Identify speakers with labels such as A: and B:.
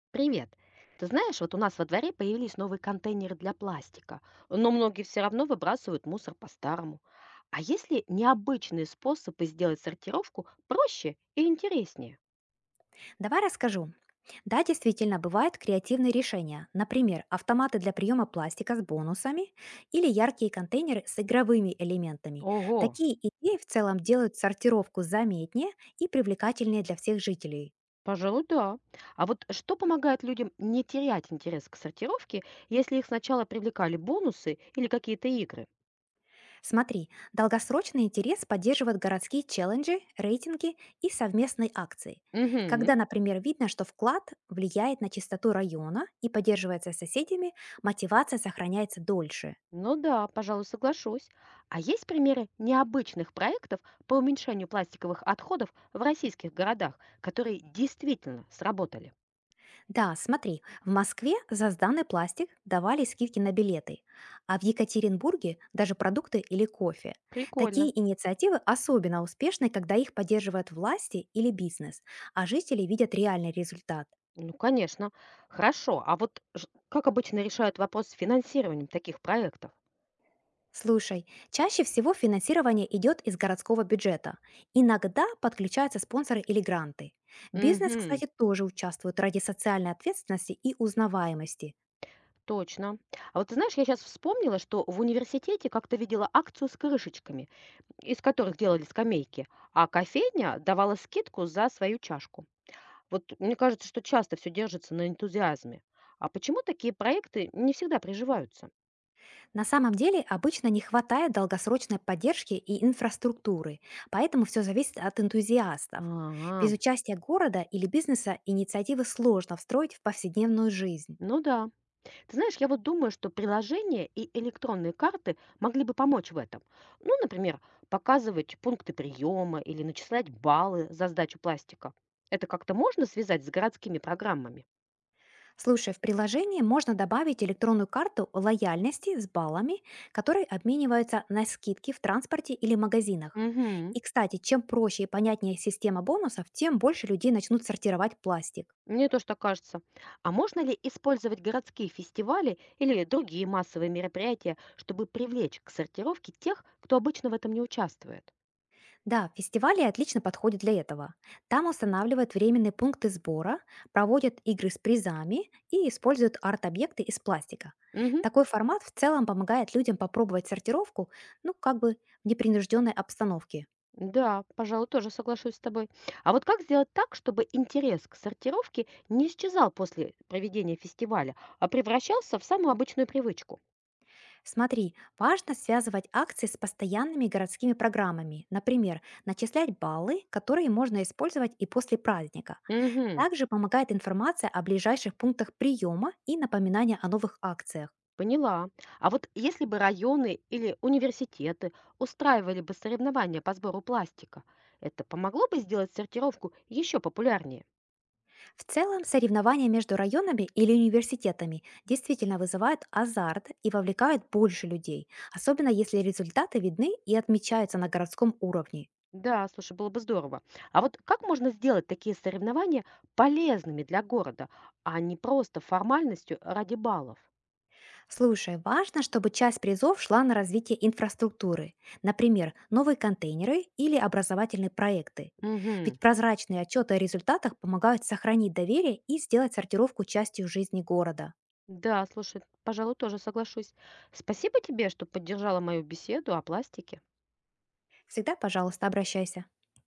A: Привет. Ты знаешь, вот у нас во дворе появились новые контейнеры для пластика, но многие все равно выбрасывают мусор по-старому. А есть ли необычные способы сделать сортировку проще и интереснее?
B: Давай расскажу. Да, действительно, бывают креативные решения. Например, автоматы для приема пластика с бонусами или яркие контейнеры с игровыми элементами.
A: Ого,
B: Такие идеи в целом делают сортировку заметнее и привлекательнее для всех жителей.
A: пожалуй, да. А вот что помогает людям не терять интерес к сортировке, если их сначала привлекали бонусы или какие-то игры?
B: Смотри, долгосрочный интерес поддерживают городские челленджи, рейтинги и совместные акции.
A: Мгм.
B: Когда, например, видно, что вклад влияет на чистоту района и поддерживается соседями, мотивация сохраняется дольше.
A: Ну да, пожалуй, соглашусь. А есть примеры необычных проектов по уменьшению пластиковых отходов в российских городах, которые действительно сработали?
B: Да, смотри, в Москве за сданный пластик давали скидки на билеты, а в Екатеринбурге даже продукты или кофе.
A: Прикольно.
B: Такие инициативы особенно успешны, когда их поддерживают власти или бизнес, а жители видят реальный результат.
A: Ну, конечно. Хорошо. А вот как обычно решают вопрос с финансированием таких проектов?
B: Слушай, чаще всего финансирование идет из городского бюджета. Иногда подключаются спонсоры или гранты. Бизнес,
A: Угу.
B: кстати, тоже участвует ради социальной ответственности и узнаваемости.
A: Точно. А вот ты знаешь, я сейчас вспомнила, что в университете как-то видела акцию с крышечками, из которых делали скамейки, а кофейня давала скидку за свою чашку. Вот мне кажется, что часто все держится на энтузиазме. А почему такие проекты не всегда приживаются?
B: На самом деле обычно не хватает долгосрочной поддержки и инфраструктуры, поэтому все зависит от энтузиастов. Без
A: А,
B: участия города или бизнеса инициативы сложно встроить в повседневную жизнь.
A: ну да. Ты знаешь, я вот думаю, что приложения и электронные карты могли бы помочь в этом. Ну, например, показывать пункты приема или начислять баллы за сдачу пластика. Это как-то можно связать с городскими программами?
B: Слушай, в приложении можно добавить электронную карту лояльности с баллами, которые обмениваются на скидки в транспорте или магазинах.
A: Угу.
B: И, кстати, чем проще и понятнее система бонусов, тем больше людей начнут сортировать пластик.
A: Мне тоже так кажется. А можно ли использовать городские фестивали или другие массовые мероприятия, чтобы привлечь к сортировке тех, кто обычно в этом не участвует?
B: Да, фестивали отлично подходят для этого. Там устанавливают временные пункты сбора, проводят игры с призами и используют арт-объекты из пластика.
A: Мгм.
B: Такой формат в целом помогает людям попробовать сортировку, ну, как бы в непринужденной обстановке.
A: Да, пожалуй, тоже соглашусь с тобой. А вот как сделать так, чтобы интерес к сортировке не исчезал после проведения фестиваля, а превращался в самую обычную привычку?
B: Смотри, важно связывать акции с постоянными городскими программами, например, начислять баллы, которые можно использовать и после праздника.
A: Мгм.
B: Также помогает информация о ближайших пунктах приема и напоминание о новых акциях.
A: Поняла. А вот если бы районы или университеты устраивали бы соревнования по сбору пластика, это помогло бы сделать сортировку еще популярнее?
B: В целом, соревнования между районами или университетами действительно вызывают азарт и вовлекают больше людей, особенно если результаты видны и отмечаются на городском уровне.
A: Да, слушай, было бы здорово. А вот как можно сделать такие соревнования полезными для города, а не просто формальностью ради баллов?
B: Слушай, важно, чтобы часть призов шла на развитие инфраструктуры, например, новые контейнеры или образовательные проекты.
A: Угу.
B: Ведь прозрачные отчеты о результатах помогают сохранить доверие и сделать сортировку частью жизни города.
A: Да, слушай, пожалуй, тоже соглашусь. Спасибо тебе, что поддержала мою беседу о пластике.
B: Всегда, пожалуйста, обращайся.